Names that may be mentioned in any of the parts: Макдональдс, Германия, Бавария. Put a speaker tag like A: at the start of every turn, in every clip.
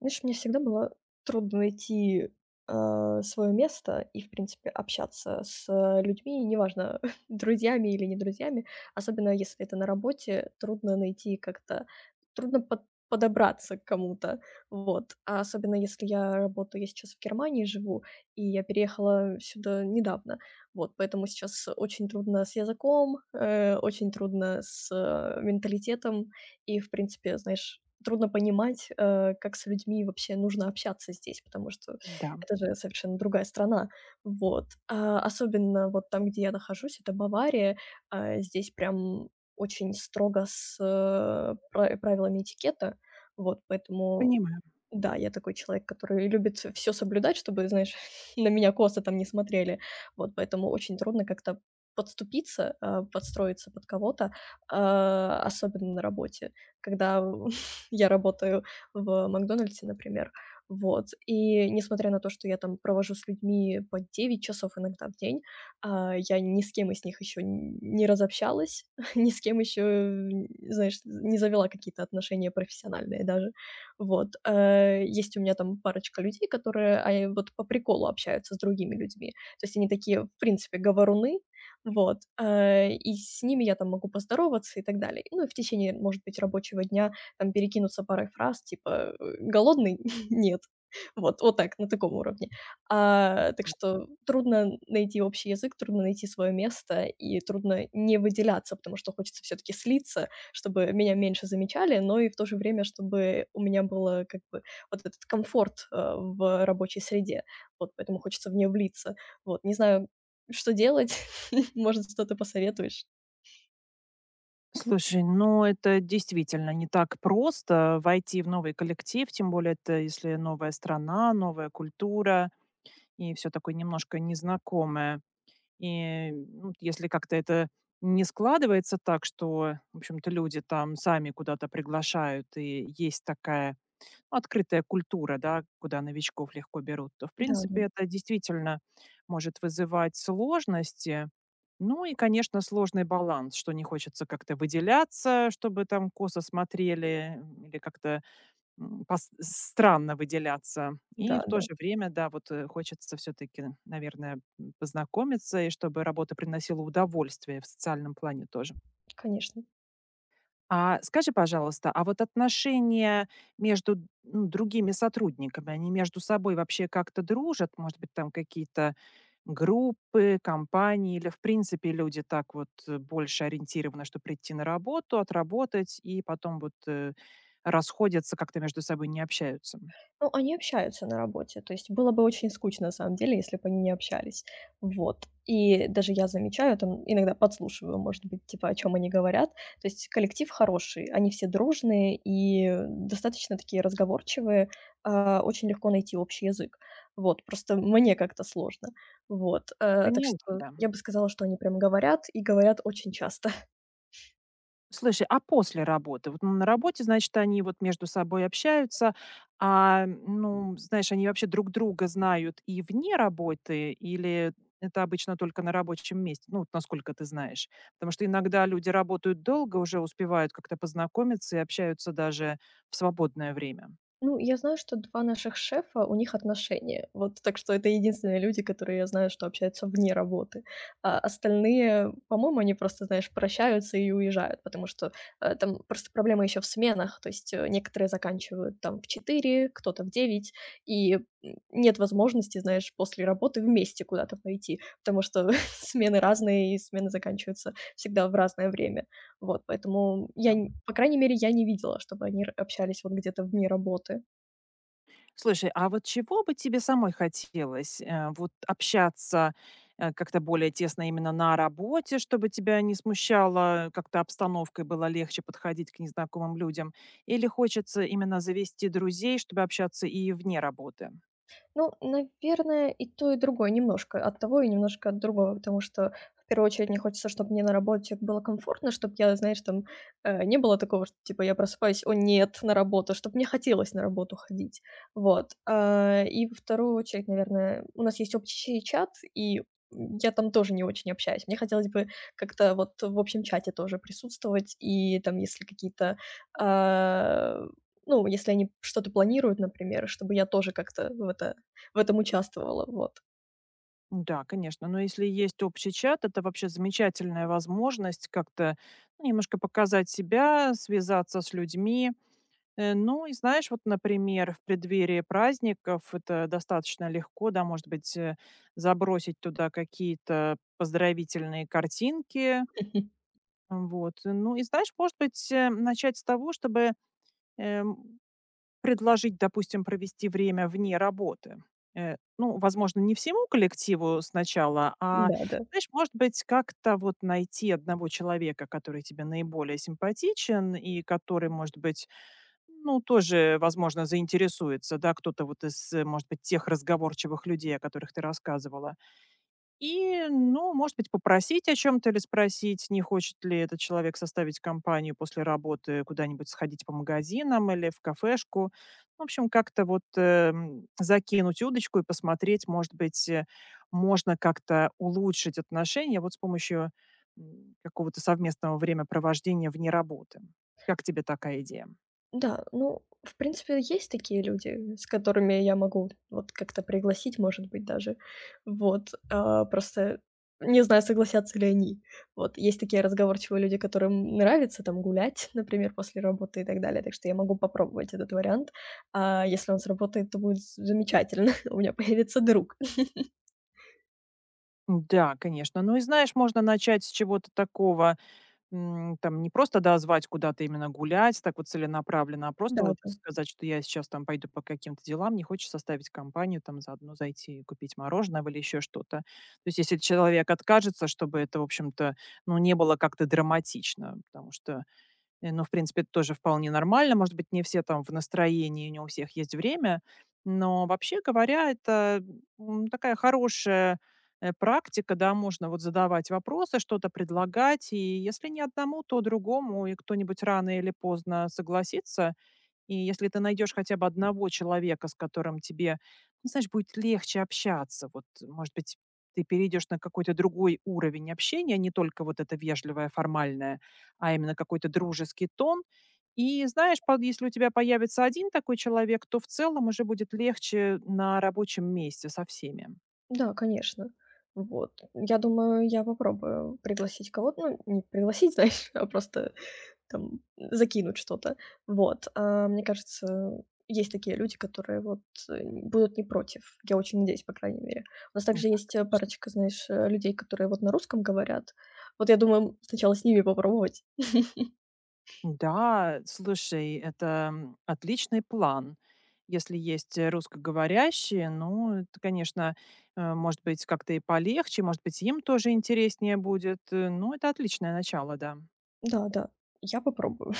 A: Знаешь, мне всегда было трудно найти, свое место и, в принципе, общаться с людьми, неважно, друзьями или не друзьями. Особенно если это на работе, трудно найти, как-то трудно подобраться к кому-то. Вот. А особенно если я сейчас в Германии живу, и я переехала сюда недавно. Вот, поэтому сейчас очень трудно с языком, очень трудно с, менталитетом и, в принципе, знаешь, трудно понимать, как с людьми вообще нужно общаться здесь, потому что
B: Да,
A: это же совершенно другая страна. Вот. А, особенно вот там, где я нахожусь, это Бавария. А, здесь прям очень строго с, правилами этикета. Вот, поэтому
B: понимаю.
A: да, я такой человек, который любит все соблюдать, чтобы, знаешь, на меня косо там не смотрели. Вот, поэтому очень трудно как-то подступиться, подстроиться под кого-то, особенно на работе, когда я работаю в «Макдональдсе», например. Вот, и несмотря на то, что я там провожу с людьми по 9 часов иногда в день, я ни с кем из них еще не разобщалась, ни с кем еще, знаешь, не завела какие-то отношения профессиональные даже. Вот, есть у меня там парочка людей, которые, вот по приколу общаются с другими людьми. То есть они такие, в принципе, говоруны, вот, и с ними я там могу поздороваться и так далее. Ну, и в течение, может быть, рабочего дня там перекинуться парой фраз, типа, голодный? Нет. Вот, вот так, на таком уровне. А, так что трудно найти общий язык, трудно найти свое место и трудно не выделяться, потому что хочется все-таки слиться, чтобы меня меньше замечали, но и в то же время, чтобы у меня было как бы вот этот комфорт, в рабочей среде. Вот, поэтому хочется в нее влиться. Вот, не знаю, что делать, может, что-то посоветуешь?
B: Слушай, ну это действительно не так просто войти в новый коллектив, тем более это если новая страна, новая культура и все такое немножко незнакомое. И ну, если как-то это не складывается так, что, в общем-то, люди там сами куда-то приглашают, и есть такая открытая культура, да, куда новичков легко берут, то, в
A: Да,
B: принципе,
A: да.
B: это действительно может вызывать сложности. Ну и, конечно, сложный баланс, что не хочется как-то выделяться, чтобы там косо смотрели или как-то пос- странно выделяться. И
A: Да,
B: в то
A: да,
B: же время, да, вот хочется все-таки, наверное, познакомиться, и чтобы работа приносила удовольствие в социальном плане тоже.
A: конечно.
B: А скажи, пожалуйста, а вот отношения между д- ну, другими сотрудниками, они между собой вообще как-то дружат? Может быть, там какие-то группы, компании, или в принципе люди так вот больше ориентированы, что прийти на работу, отработать и потом вот расходятся, как-то между собой не общаются?
A: Ну, они общаются на работе. То есть было бы очень скучно, на самом деле, если бы они не общались. Вот. И даже я замечаю, там иногда подслушиваю, может быть, типа, о чем они говорят. То есть коллектив хороший, они все дружные и достаточно такие разговорчивые, очень легко найти общий язык. Вот, просто мне как-то сложно. Вот, так
B: Поняла,
A: что
B: да.
A: я бы сказала, что они прям говорят и говорят очень часто. Хочешь?
B: Слушай, а после работы? Вот ну, на работе, значит, они вот между собой общаются, а, ну, знаешь, они вообще друг друга знают и вне работы, или это обычно только на рабочем месте? Ну, вот насколько ты знаешь. Потому что иногда люди работают долго, уже успевают как-то познакомиться и общаются даже в свободное время.
A: Ну, я знаю, что 2 наших шефа, у них отношения. Вот, так что это единственные люди, которые я знаю, что общаются вне работы. А остальные, по-моему, они просто, знаешь, прощаются и уезжают, потому что, там просто проблема еще в сменах. То есть, некоторые заканчивают там в 4, кто-то в 9, и, нет возможности, знаешь, после работы вместе куда-то пойти, потому что смены разные, и смены заканчиваются всегда в разное время. Вот, поэтому я,
B: Да.
A: н по крайней мере, я не видела, чтобы они р общались вот где-то вне работы.
B: Слушай, а вот чего бы тебе самой хотелось? Вот общаться, как-то более тесно именно на работе, чтобы тебя не смущало как-то обстановкой, было легче подходить к незнакомым людям? Или хочется именно завести друзей, чтобы общаться и вне работы?
A: Ну, наверное, и то, и другое. Немножко от того и немножко от другого, потому что в первую очередь мне хочется, чтобы мне на работе было комфортно, чтобы я, знаешь, там, не было такого, что типа я просыпаюсь: «О нет, на работу!», чтобы мне хотелось на работу ходить. Вот. А, и во вторую очередь, наверное, у нас есть общий чат, и я там тоже не очень общаюсь. Мне хотелось бы как-то вот в общем чате тоже присутствовать, и там, если какие-то, а, ну, если они что-то планируют, например, чтобы я тоже как-то в этом участвовала, вот.
B: Да, конечно. Но если есть общий чат, это вообще замечательная возможность как-то ну, немножко показать себя, связаться с людьми. Ну и знаешь, вот, например, в преддверии праздников это достаточно легко, да, может быть, забросить туда какие-то поздравительные картинки. Вот. Ну и знаешь, может быть, начать с того, чтобы, эм, предложить, допустим, провести время вне работы. Ну, возможно, не всему коллективу сначала, а,
A: Да-да. Да,
B: знаешь, может быть, как-то вот найти одного человека, который тебе наиболее симпатичен и который, может быть, ну, тоже, возможно, заинтересуется, да, кто-то вот из, может быть, тех разговорчивых людей, о которых ты рассказывала. И, ну, может быть, попросить о чем-то или спросить, не хочет ли этот человек составить компанию после работы, куда-нибудь сходить по магазинам или в кафешку. В общем, как-то вот закинуть удочку и посмотреть, может быть, можно как-то улучшить отношения вот с помощью какого-то совместного времяпровождения вне работы. Как тебе такая идея?
A: Да, ну, в принципе, есть такие люди, с которыми я могу вот как-то пригласить, может быть, даже. Вот, просто не знаю, согласятся ли они. Вот, есть такие разговорчивые люди, которым нравится там гулять, например, после работы и так далее, так что я могу попробовать этот вариант. А если он сработает, то будет з замечательно, у меня появится друг.
B: Да, конечно. Ну и знаешь, можно начать с чего-то такого, там не просто, да, куда-то именно гулять, так вот целенаправленно, а просто вот
A: Да-да.
B: сказать, что я сейчас там пойду по каким-то делам, не хочешь составить компанию, там заодно зайти и купить мороженого или еще что-то. То есть если человек откажется, чтобы это, в общем-то, ну, не было как-то драматично, потому что ну, в принципе, это тоже вполне нормально. Может быть, не все там в настроении, не у всех есть время. Но вообще говоря, это такая хорошая практика, да, можно вот задавать вопросы, что-то предлагать, и если не одному, то другому, и кто-нибудь рано или поздно согласится, и если ты найдешь хотя бы одного человека, с которым тебе, ну, знаешь, будет легче общаться, вот, может быть, ты перейдешь на какой-то другой уровень общения, не только вот это вежливое, формальное, а именно какой-то дружеский тон. И знаешь, под- если у тебя появится один такой человек, то в целом уже будет легче на рабочем месте со всеми.
A: Да, конечно. Вот. Я думаю, я попробую пригласить кого-то. Ну, не пригласить, знаешь, а просто там закинуть что-то. Вот. А, мне кажется, есть такие люди, которые вот, будут не против. Я очень надеюсь, по крайней мере. У нас
B: Ну,
A: также
B: так.
A: есть,
B: Конечно.
A: парочка, знаешь, людей, которые вот на русском говорят. Вот, я думаю, сначала с ними попробовать.
B: Да, слушай, это отличный план. Если есть русскоговорящие, ну, это, конечно, может быть, как-то и полегче, может быть, им тоже интереснее будет. Ну, это отличное начало, да.
A: Да, да, я попробую.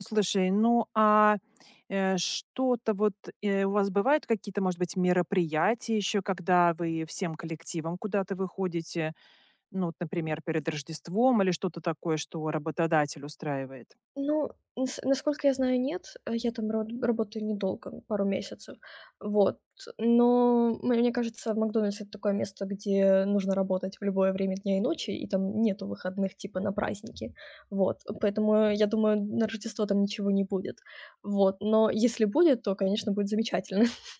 B: Слушай, ну а что-то вот у вас бывают какие-то, может быть, мероприятия еще, когда вы всем коллективом куда-то выходите, ну, вот, например, перед Рождеством или что-то такое, что работодатель устраивает?
A: Ну, нас насколько я знаю, нет. Я там род работаю недолго, пару месяцев. Вот. Но мне кажется, в «Макдональдс» — это такое место, где нужно работать в любое время дня и ночи, и там нету выходных типа на праздники. Вот. Поэтому, я думаю, на Рождество там ничего не будет. Вот. Но если будет, то, конечно, будет замечательно.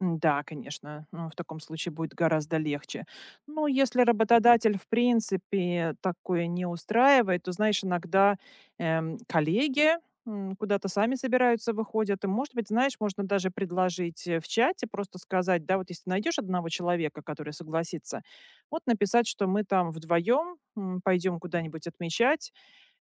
B: Да, конечно, ну, в таком случае будет гораздо легче. Но если работодатель, в принципе, такое не устраивает, то, знаешь, иногда коллеги куда-то сами собираются, выходят. И, может быть, знаешь, можно даже предложить в чате просто сказать, да, вот если найдешь одного человека, который согласится, вот написать, что мы там вдвоем пойдем куда-нибудь отмечать,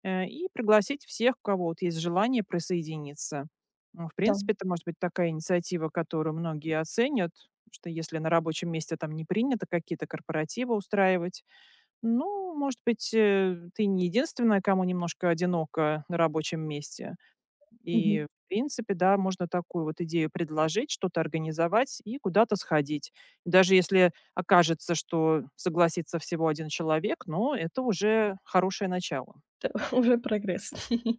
B: и пригласить всех, у кого вот есть желание присоединиться. Ну, в
A: Да.
B: принципе, это может быть такая инициатива, которую многие оценят, что если на рабочем месте там не принято какие-то корпоративы устраивать, ну, может быть, ты не единственная, кому немножко одиноко на рабочем месте. И,
A: Мгм.
B: в принципе, да, можно такую вот идею предложить, что-то организовать и куда-то сходить. Даже если окажется, что согласится всего один человек, но это уже хорошее начало.
A: Это уже прогресс.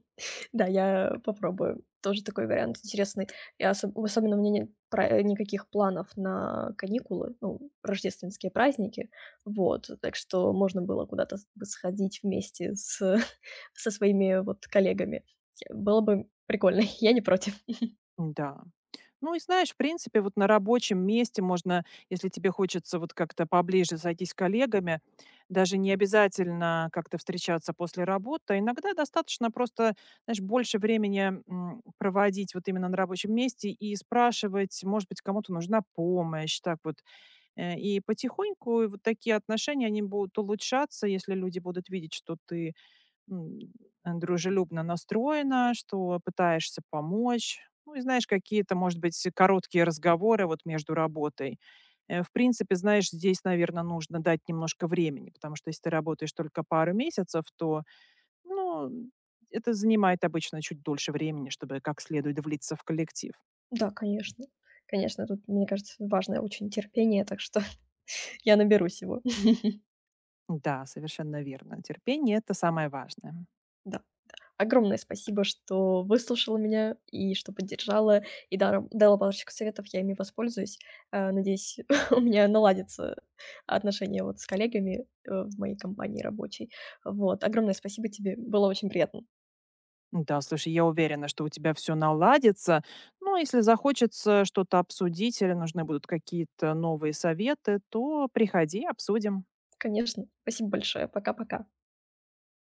A: Да, я попробую. Тоже такой вариант интересный. И особенно у меня нет пра никаких планов на каникулы, ну, рождественские праздники. Вот, так что можно было куда-то с бы сходить вместе с со своими вот коллегами. Было бы прикольно, я не против.
B: Да. Ну и знаешь, в принципе, вот на рабочем месте можно, если тебе хочется вот как-то поближе сойтись с коллегами, даже не обязательно как-то встречаться после работы. Иногда достаточно просто, знаешь, больше времени, проводить вот именно на рабочем месте и спрашивать, может быть, кому-то нужна помощь, так вот. И потихоньку вот такие отношения, они будут улучшаться, если люди будут видеть, что ты м, дружелюбно настроена, что пытаешься помочь. Ну и знаешь, какие-то, может быть, короткие разговоры вот между работой. В принципе, знаешь, здесь, наверное, нужно дать немножко времени, потому что если ты работаешь только пару месяцев, то, ну, это занимает обычно чуть дольше времени, чтобы как следует влиться в коллектив.
A: Да, конечно. Конечно, тут, мне кажется, важное очень терпение, так что я наберусь его.
B: Да, совершенно верно. Терпение — это самое важное.
A: Да. Огромное спасибо, что выслушала меня и что поддержала, и даром дала парочку советов. Я ими воспользуюсь. Надеюсь, у меня наладятся отношения вот с коллегами, в моей компании рабочей. Вот. Огромное спасибо тебе. Было очень приятно.
B: Да, слушай, я уверена, что у тебя все наладится. Но если захочется что-то обсудить или нужны будут какие-то новые советы, то приходи, обсудим.
A: Конечно. Спасибо большое. Пока-пока.